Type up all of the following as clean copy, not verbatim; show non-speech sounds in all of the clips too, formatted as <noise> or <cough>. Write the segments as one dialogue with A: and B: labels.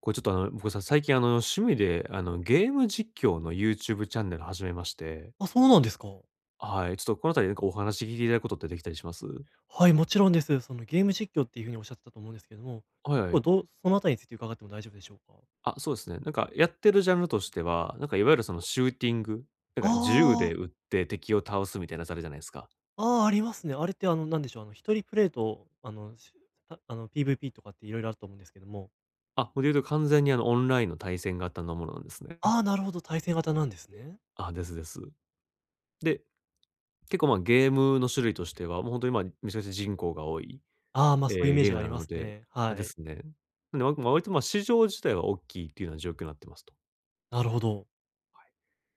A: これちょっと僕さ、最近趣味でゲーム実況の YouTube チャンネル始めまして、
B: あ、そうなんですか。
A: はい、ちょっとこのあたりなんかお話聞いていただくことってできたりします？
B: はい、もちろんです。そのゲーム実況っていう風におっしゃってたと思うんですけども、
A: はい
B: 結
A: は
B: 構
A: い。
B: どうそのあたりについて伺っても大丈夫でしょうか？
A: あ、そうですね。なんかやってるジャンルとしては、なんかいわゆるそのシューティング、なんか銃
B: あ
A: で撃って敵を倒すみたいなやつあるじゃないですか。
B: あ、ああ、ありますね。あれってあの、なんでしょう、あの一人プレイとあの、ああの PVP とかって色々あると思うんですけども、
A: あ、ほいで言うと完全にオンラインの対戦型のものなんですね。
B: ああ、なるほど、対戦型なんですね。
A: あ、ですです。で、結構まあ、ゲームの種類としては、もう本当にまあ、めちゃくちゃ人口が多い
B: ああ、
A: え
B: ま、そういうイ
A: ー
B: メー
A: ゲ
B: ジ
A: ー
B: が
A: ム
B: あ
A: な
B: りま
A: の
B: す
A: で、
B: ね。
A: あ、
B: は
A: で
B: い。
A: すね。なんで、まあ割と、ま、市場自体は大きいっていうような状況になってますと。
B: なるほど。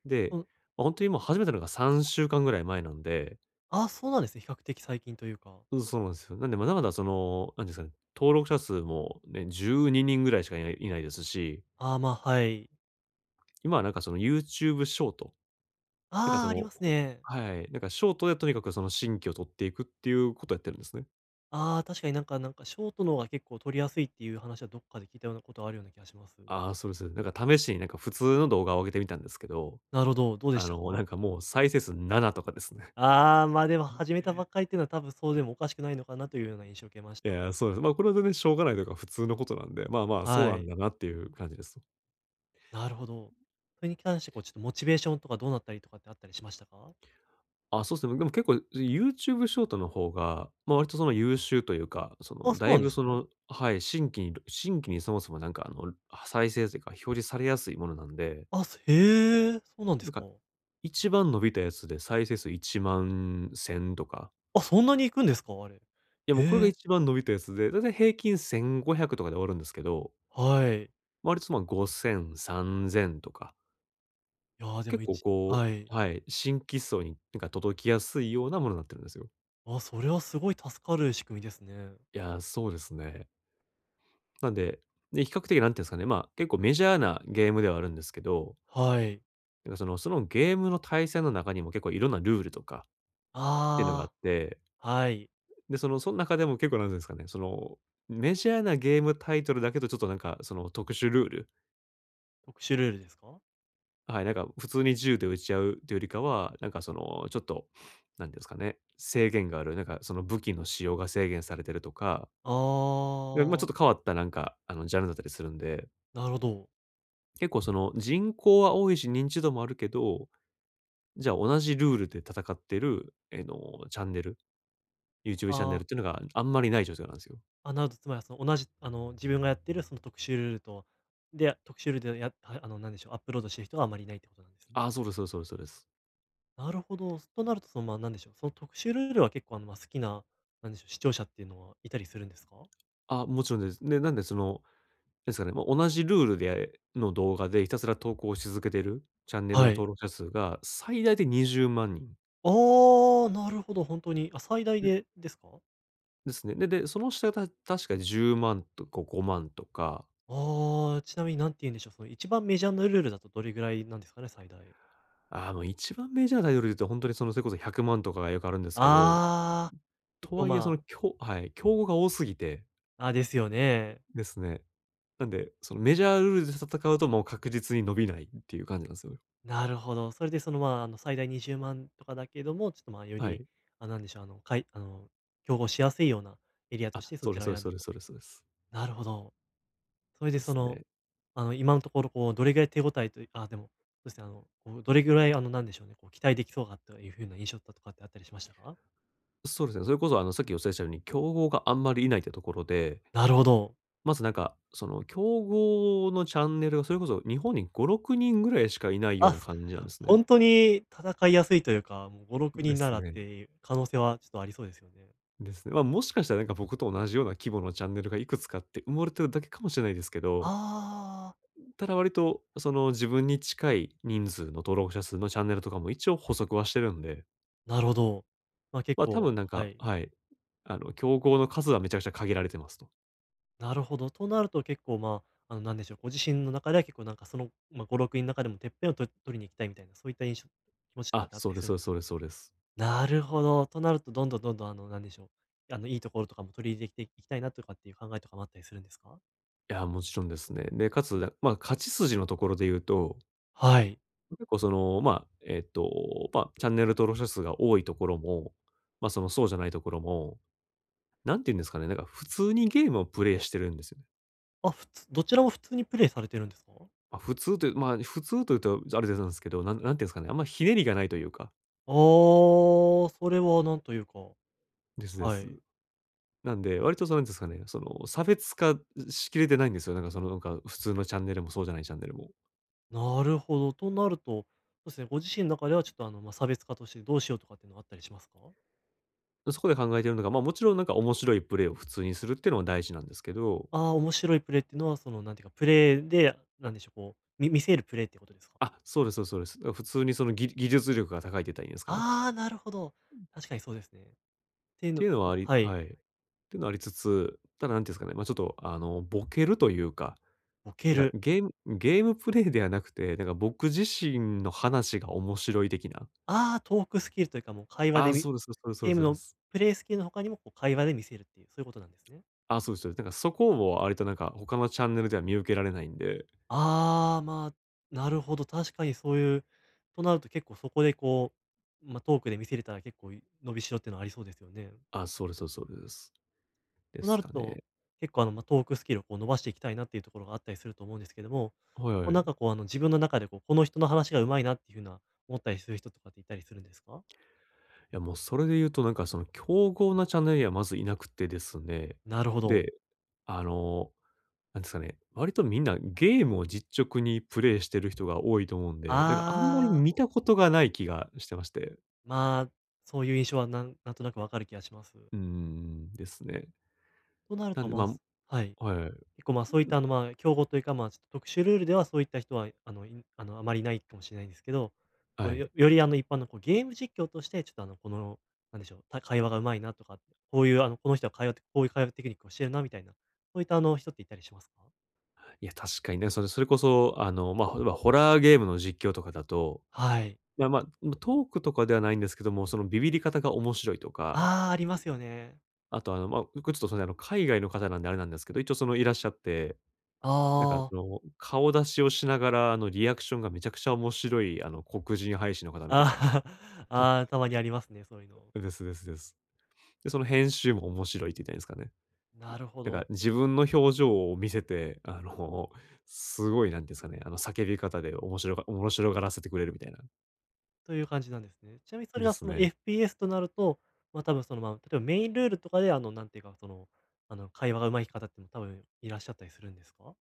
A: で、
B: うん、
A: ま、もう始めたのが3週間ぐらい前なんで、
B: ああ、そうなんですね、比較的最近というか。
A: うん、そうなんですよ。なんで、まだまだその、なんていうんですかね、登録者数もね、12人ぐらいしかいないですし、
B: ああ、ま、はい。
A: 今はなんかその YouTube ショート、なんか
B: あ
A: そ
B: あ、あり
A: の
B: ますね。
A: はい、なんかショートでとにかくその新規を取っていくっていうことをやってるんですね。
B: ああ、確かになんかショートの方が結構取りやすいっていう話はどっかで聞いたようなことあるような気がします。
A: ああ、そうです。なんか試しになんか普通の動画を上げてみたんですけど、
B: なるほど、どうでした
A: なん
B: か？
A: かもう再生数7とかですね。
B: ああー、ま、でも始めたばっかりっていうのは多分そうでもおかしくないのかなというような印象を受けまし
A: い
B: た。
A: や、そうです。まあ、これは全然しょうがないというか、普通のことなんで、まあまあ、そう
B: は
A: なん
B: い。
A: だなっていう感じです。
B: なるほど。それに関してこうちょっとモチベーションとかどうなったりとかってあったりしましたか？
A: あ、そうですね。でも結構、YouTube ショートの方が、まあ、割とその優秀というか、そ
B: あ、
A: の、
B: そ
A: だ
B: う
A: い
B: なんで
A: ぶ
B: す
A: そ
B: ね。
A: の、はい、新規にそもそもなんか再生というか表示されやすいものなんで、
B: あ、すへえ、そうなんで
A: なん
B: す
A: か
B: か。
A: 一番伸びたやつで再生数1万1000とか、
B: あ、そんなに行くんですか？あれ。へ
A: いやもうこれが
B: え、
A: 一番伸びたやつで、だいたい平均1500とかで終わるんですけど、
B: はい。
A: 割とまあ5000、3000とか
B: いや、でも
A: 結構こ
B: は
A: う
B: い。
A: はい、新規層になんか届きやすいようなものになってるんですよ。
B: あ、それはすごい助かる仕組みですね。
A: いや、そうですね。なんで、比較的なんていうんですかね、まあ、結構メジャーなゲームではあるんですけど、
B: はい。
A: なんかそのゲームの対戦の中にも結構いろんなルールとかっていうのがあっ
B: あ
A: て、
B: あ、はい。
A: で、その中でも結構なんていうんですかね、そのメジャーなゲームタイトルだけどちょっとなんかその特殊ルール、
B: 特殊ルールですか？
A: はい、なんか普通に銃で撃ち合うというよりかは、なんかそのちょっと、何ていうんですかね、制限がある、なんかその武器の使用が制限されてるとか
B: あ
A: で、まあ、ちょ
B: あ
A: っ
B: ー、
A: と変わったなんか、ジャンルだったりするんで、
B: なるほど。
A: 結構その人口は多いし、認知度もあるけど、じゃあ同じルールで戦ってる、チャンネル、YouTube
B: あ
A: チャンネルっ
B: あ。
A: ていうのがあんまりない状態なんですよ。
B: あ、なるほど、つまりはその同じ、あの、自分がやってるその特集ルールと、で、特集ルールでやああの、なんでしょう、アップロードしてる人はあまりいないってことなんですね。
A: ああ、そうですそうですそうですそうです。
B: なるほど。となると、その、まあ、なんでしょう、その特集ルールは結構、あの、まあ、好きな、なんでしょう、視聴者っていうのはいたりするんですか？
A: あ、もちろんです。で、なんでその、ですかね、もう同じルールでの動画でひたすら投稿し続けてるチャンネルの
B: はい。
A: 登録者数が最大で20万人、
B: ああ、なるほど、本当に。あ、最大
A: で
B: でですか？
A: ですね。で、その下が確か10万とか5万とか
B: ああ、ちなみに何て言うんでしょう、その一番メジャーなルールだとどれぐらいなんですかね、最大。
A: ああ、もう一番メジャーなタイトルで言うと、ほんとにその、それこそ100万とかがよくあるんですけど、
B: ああ、結
A: と
B: 構、
A: はいえ、その、
B: ま
A: はい、競合が多すぎて
B: あ、あ、ですよね。
A: ですね。なんで、そのメジャールールで戦うともう確実に伸びないっていう感じなんすよ。
B: なるほど。それでその、まあ、あの、最大20万とかだけども、ちょっと、まあ、よ
A: は
B: り、
A: い。
B: あ、なんでしょう、あの、あの、競合しやすいようなエリアと
A: あ、
B: してそ
A: そう
B: ち
A: です
B: らを
A: そうで
B: 選
A: す
B: ん
A: そう
B: だ
A: です
B: と。
A: そうですそうです。
B: なるほど。それで
A: で
B: そ
A: す
B: の、
A: ね。
B: あの、今のところ、こう、どれぐらい手応えといあ、でも、そうですね、あの、こう、どれぐらい、あの、なんでしょうね、こう、期待できそうかというふうな印象だとかってあったりしましたか？
A: そうですね、それこそ、さっきお伝えしたように、競合があんまりいないってところで、
B: なるほど。
A: まずなんか、その、競合のチャンネルがそれこそ日本に5、6人ぐらいしかいないよう
B: あ、
A: な感じなんですね。
B: ほんに戦いやすいというか、もう5、6
A: で
B: 人な
A: す
B: らっ
A: ね。
B: ていう可能性はちょっとありそうですよね。
A: ですね。ま、もしかしたらなんか僕と同じような規模のチャンネルがいくつかあって埋もれてるだけかもしれないですけど、
B: ああ、
A: ただ割とその自分に近い人数の登録者数のチャンネルとかも一応補足はしてるんで、
B: なるほど。まあ、結
A: ま、多
B: 構
A: 分なん
B: は
A: か、
B: い。
A: はい、競合の数はめちゃくちゃ限られてますと。
B: なるほど。となると結構、まあ、あの、なんでしょう、ご自身の中では結構なんかその、まあ、5、6人の中でもてっぺんを取りに行きたいみたいな、そういった気持ちとか
A: あ、
B: ってあった
A: そう
B: り
A: です
B: する
A: そ
B: ん
A: うで
B: で
A: す
B: す
A: そうで
B: か？
A: すそうです。
B: なるほど。となると、どんどん、あの、なんでしょう、あの、いいところとかも取り入れていきたいなとかっていう考えとかもあったりするんですか？
A: いや、もちろんですね。で、かつ、まあ、勝ち筋のところで言うと、
B: はい。
A: 結構その、まあ、まあ、チャンネル登録者数が多いところも、まあ、そのそうじゃないところも、なんて言うんですかね、なんか普通にゲームをプレイしてるんですよ。
B: あ、普通どちらも普通にプレイされてるんですか？
A: まあ、普通というと、あれでなんですけど、なんなんていうんですかね、あんまひねりがないというか、
B: ああ、それはなんというか、
A: ですで
B: は
A: す。
B: い。
A: なんで、割とそうなんですかね、その、差別化しきれてないんですよ。なんかその、なんか普通のチャンネルもそうじゃないチャンネルも。
B: なるほど。となると、そうですね、ご自身の中ではちょっと、あの、まあ、差別化としてどうしようとかっていうのはあったりしますか？
A: そこで考えてるのが、まあ、もちろんなんか面白いプレーを普通にするっていうのは大事なんですけど、
B: ああ、面白いプレーっていうのは、その、なんていうか、プレーで、なんでしょう、こう、見せるプレーってことですか？
A: あ、そうですそうですそうです。普通にその技術力が高いって言ったらいいんですかね。っ
B: ああ、なるほど。確かにそうですね。っていう
A: て
B: の
A: いうのはあ
B: は
A: り
B: はい、
A: はい。っていうのはありつつ、ただなんていうんですかね、まあ、ちょっとボケるというか
B: ボケ
A: なんか、
B: る。
A: ゲームプレイではなくて、なんか僕自身の話が面白い的な。
B: ああ、トークスキルというか、もう会話
A: ああ、
B: でみ
A: そうです、そうですそう
B: ゲ
A: で
B: ー
A: す
B: ム
A: そうで
B: の
A: す。
B: プレイスキルの他にも、こう、会話で見せるっていう、そういうことなんですね。
A: ああ、そうですそうです。なんかそこも割となんか他のチャンネルでは見受けられないんで、
B: ああ、まあ、なるほど、確かにそういう、となると結構そこでこう、まあ、トークで見せれたら結構伸びしろっていうのはありそうですよね。
A: ああ、そうですそうですそうです。で
B: とな
A: す
B: る
A: か
B: と、
A: ね。
B: 結構あの、まあ、トークスキルをこう伸ばしていきたいなっていうところがあったりすると思うんですけども、
A: はい
B: こ
A: は
B: う
A: い。い
B: あの、自分の中でこう、この人の話が上手いなっていうふうな思ったりする人とかっていたりするんですか？
A: やもうそれで言うとなんかその競合なチャンネルにはまずいなくてですね。
B: なるほど。
A: で、あの、なんですかね、割とみんなゲームを実直にプレイしてる人が多いと思うんで、なんかあんまり
B: ああ、
A: 見たことがない気がしてまして。
B: まあ、そういう印象はなんとなくわかる気がします。
A: うーん、ですね。
B: となる
A: な
B: と、
A: んで、
B: まあ、
A: ま
B: はい。
A: あ、はいはい。
B: 結構、まあ、そういっ
A: う
B: た
A: ん、
B: あの、まあ、競合というか、まあ、ちょっと特殊ルールではそういった人は、あの、あまりいないかもしれないんですけど、こ
A: は
B: う、よ
A: い。
B: よりあの一般のこうゲーム実況として、ちょっとあの、この、なんでしょう、会話が上手いなとか、こういうあの、こういう会話テクニックをしてるなみたいな、そういったあの、人っていたりしますか？
A: いや、確かにね、それこそ、まあ、ホラーゲームの実況とかだと、
B: はい。
A: まあまあ、まあトークとかではないんですけども、そのビビり方が面白いとか、
B: ああ、ありますよね。
A: あと、まあ、これちょっとそのね海外の方なんであれなんですけど、一応そのいらっしゃって、
B: あ
A: なんか
B: あ。
A: その、顔出しをしながら、リアクションがめちゃくちゃ面白い、黒人配信の方みたいな。
B: ああ、<laughs> ああ、たまにありますね、そういうの。
A: ですですです。で、その編集も面白いって言ったらいいんですかね。
B: なるほ
A: なんか、
B: ど。
A: 自分の表情を見せて、<laughs> すごい、なんていうんですかね、叫び方で面白がらせてくれるみたいな。
B: という感じなんですね。ちなみにそれ
A: で
B: が
A: す
B: その
A: ね。
B: FPS となると、ま、多分その、まあ、例えばメインルールとかであの、なんていうか、その、あの、会話が上手い方っても多分いらっしゃったりするんですか？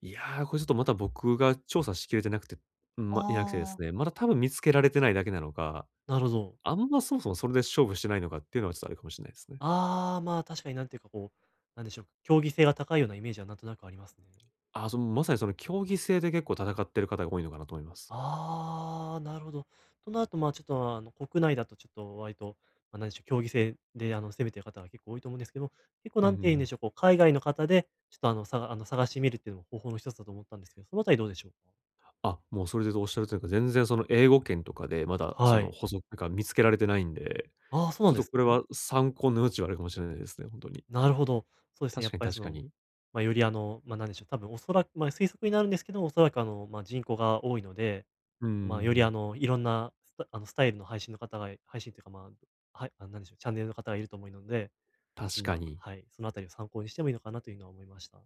A: これちょっとまた僕が調査しきれてなくて、いなくてで
B: あ
A: すね、
B: あ。
A: まだ多分見つけられてないだけなのか、
B: なるほど。
A: あんまそもそもそれで勝負してないのかっていうのはちょっとあるかもしれないですね。
B: ああ、まあ、確かになんていうかこう、なんでしょう、競技性が高いようなイメージはなんとなくありますね。
A: その、まさにその競技性で結構戦ってる方が多いのかなと思います。
B: ああ、なるほど。となると、まあ、ちょっと、あの、国内だとちょっと割と、まあ、何でしょう、競技性で、あの、攻めてる方が結構多いと思うんですけども、結構
A: うん
B: な
A: う
B: ん
A: んう
B: て言うん
A: ん。
B: でしょう、こう、海外の方で、ちょっと、あの、あの、探してみるっていうのも方法の一つだと思ったんですけど、そのあたりどうでしょうか？
A: もうそれでおっしゃるというか、全然その英語圏とかでまだそ
B: は
A: の
B: い。
A: 補足が見つけられてないんで、
B: ああ、そうな
A: ち
B: ん
A: ょっ
B: で
A: と
B: す
A: これ
B: ね。
A: は参考の余地はあるかもしれないですね、ほんとに。
B: なるほど。そうですね、
A: 確
B: やっ
A: かに
B: ぱり、
A: 確
B: そ
A: か
B: の、
A: に。
B: まあ、より、あの、まあ、なんでしょう、多分おそらくまあ、推測になるんですけど、おそらく、あの、まあ、人口が多いので、
A: うんうんう
B: まあ、より、
A: ん。
B: あの、いろんなスタあの、スタイルの配信の方が配信というか、まあ、はい、なんでしょう、チャンネルの方がいると思うので
A: 確か
B: まあ、
A: に。
B: はい、そのあたりを参考にしてもいいのかなというのは思いました。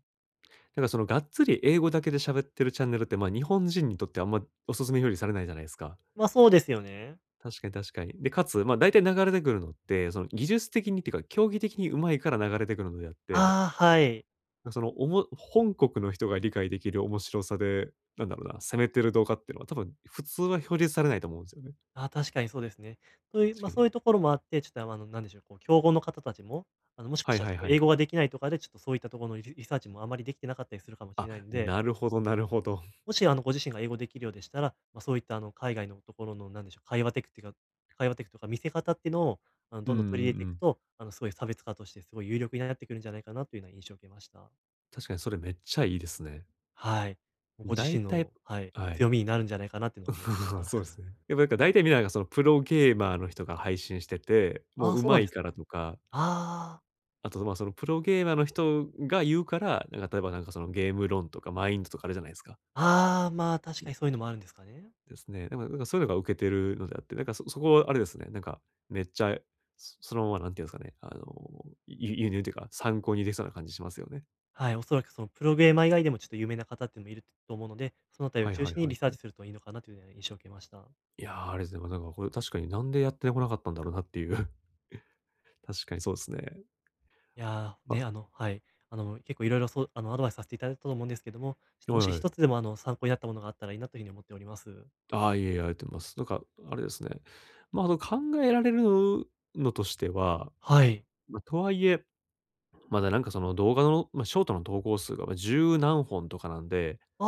A: なんかそのがっつり英語だけで喋ってるチャンネルって、日本人にとってあんまお勧め表示されないじゃないですか。
B: ま、そうですよね。
A: 確かに確かに。で、かつ、大体流れてくるのって、その技術的にっていうか、競技的に上手いから流れてくるのであって、
B: ああ、はい。
A: なんそのおも本国の人が理解できる面白さで、なんだろうな、攻めてる動画っていうのは多分普通は表示されないと思うんすよね。
B: ああ、確かにそうですね。そういう、
A: 確
B: まあ、
A: か
B: そ
A: に。
B: ういうところもあって、ちょっと、あの、なんでしょう、こう、競合の方たちも、あの、もしか
A: は
B: し
A: い
B: たら
A: は
B: ち
A: い
B: ょっと
A: はい
B: 英
A: は
B: 語
A: い。
B: ができないとかで、ちょっとそういったところのリサーチもあまりできてなかったりするかもしれないので、
A: なるほどなるほど。
B: もし、あの、ご自身が英語できるようでしたら、まあ、そういった、あの、海外のところの、なんでしょう、会話テクとか見せ方っていうのを、あの、
A: うん
B: どん
A: うんう
B: どん取り入れていく
A: ん。
B: と、あの、すごい差別化としてすごい有力になってくるんじゃないかなというような印象を受けました。
A: 確かにそれめっちゃいいですね。
B: はい。ご自
A: 大
B: 身
A: 体
B: の、はい、
A: はい。
B: 強みになるんじゃないかなっていうのは思いました。
A: <laughs> そうです
B: <laughs>
A: ね。やっぱなんか大体みんながそのプロゲーマーの人が配信してて、も
B: ああ、
A: う
B: そう
A: 上
B: なん
A: 手い
B: です
A: から
B: ね。
A: とか、
B: あ
A: あとそのプロゲーマーの人が言うから、なんか例えばなんかそのゲーム論とかマインドとかあるじゃないですか。
B: あ、ああ、まあ、確かにそういうのもあるんですかね。
A: ですね。なんかそういうのが受けてるのであって、そこあれですね、なんかめっちゃ、そのまま、なんていうんですかね、あの、輸入っていうか、参考にできそうな感じしますよね。
B: はい、おそらくそのプログレーマー以外でもちょっと有名な方っていうのもいると思うので、そのあたり
A: は
B: を
A: い
B: 中
A: はい
B: 心に
A: はい
B: リサー
A: はい。
B: チするといいのかなというような印象を受けました。
A: あれですね、なんかこれ確かになんでやってこなかったんだろうなっていう。確かにそうですね。
B: いやー、
A: あ、
B: ね、あの、はい、あの、結構いろいろそう、あの、アドバイスさせていただいたと思うんですけども、
A: は
B: もし
A: いは
B: 一
A: い。
B: つでもあの、参考になったものがあったらいいなというふうに思っております。
A: ああ、いえいえ、あえてます。あれですね。まあ、あと考えられるのとしては、
B: はい。
A: まあ、とはいえ、まだなんかその動画の、ショートの投稿数が、10何本とかなんで、
B: あ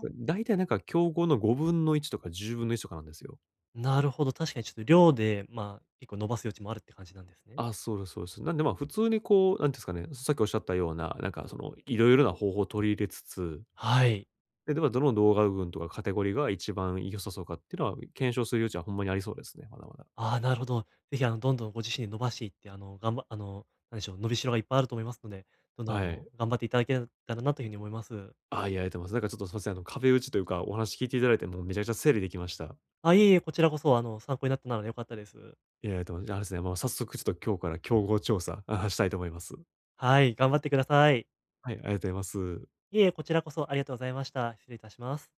B: あ、
A: だいたいなんか競合の5分の1とか10分の1とかなんですよ。
B: なるほど。確かにちょっと量で、まあ、結構伸ばす余地もあるって感じなんですね。
A: そうです、そうです。なんで、普通にこう、なんていうんですかね、さっきおっしゃったような、なんかそのいろいろな方法を取り入れつつ、
B: はい。
A: で、どの動画群とかカテゴリーが一番良さそうかっていうのは、検証する余地はほんまにありそうですね、まだまだ。
B: ああ、なるほど。ぜひ、あの、どんどんご自身で伸ばしていって、あの、がんばあの、なんでしょう、伸びしろがいっぱいあると思いますので、どんどん、あ
A: は
B: の、
A: い。
B: 頑張っていただけたらなというふうに思います。
A: ああ、いや、ありがとうございます。なんかちょっとすいません、あの、壁打ちというか、お話聞いていただいて、もうめちゃくちゃ整理できました。
B: あ、いえいえ、こちらこそ、あの、参考になったなら良かったです。
A: いや、ありがとうございます。じゃあ、あれですね、もう早速ちょっと今日から競合調査、したいと思います。
B: はい、頑張ってください。
A: はい、ありがとうございます。
B: いえいえ、こちらこそありがとうございました。失礼いたします。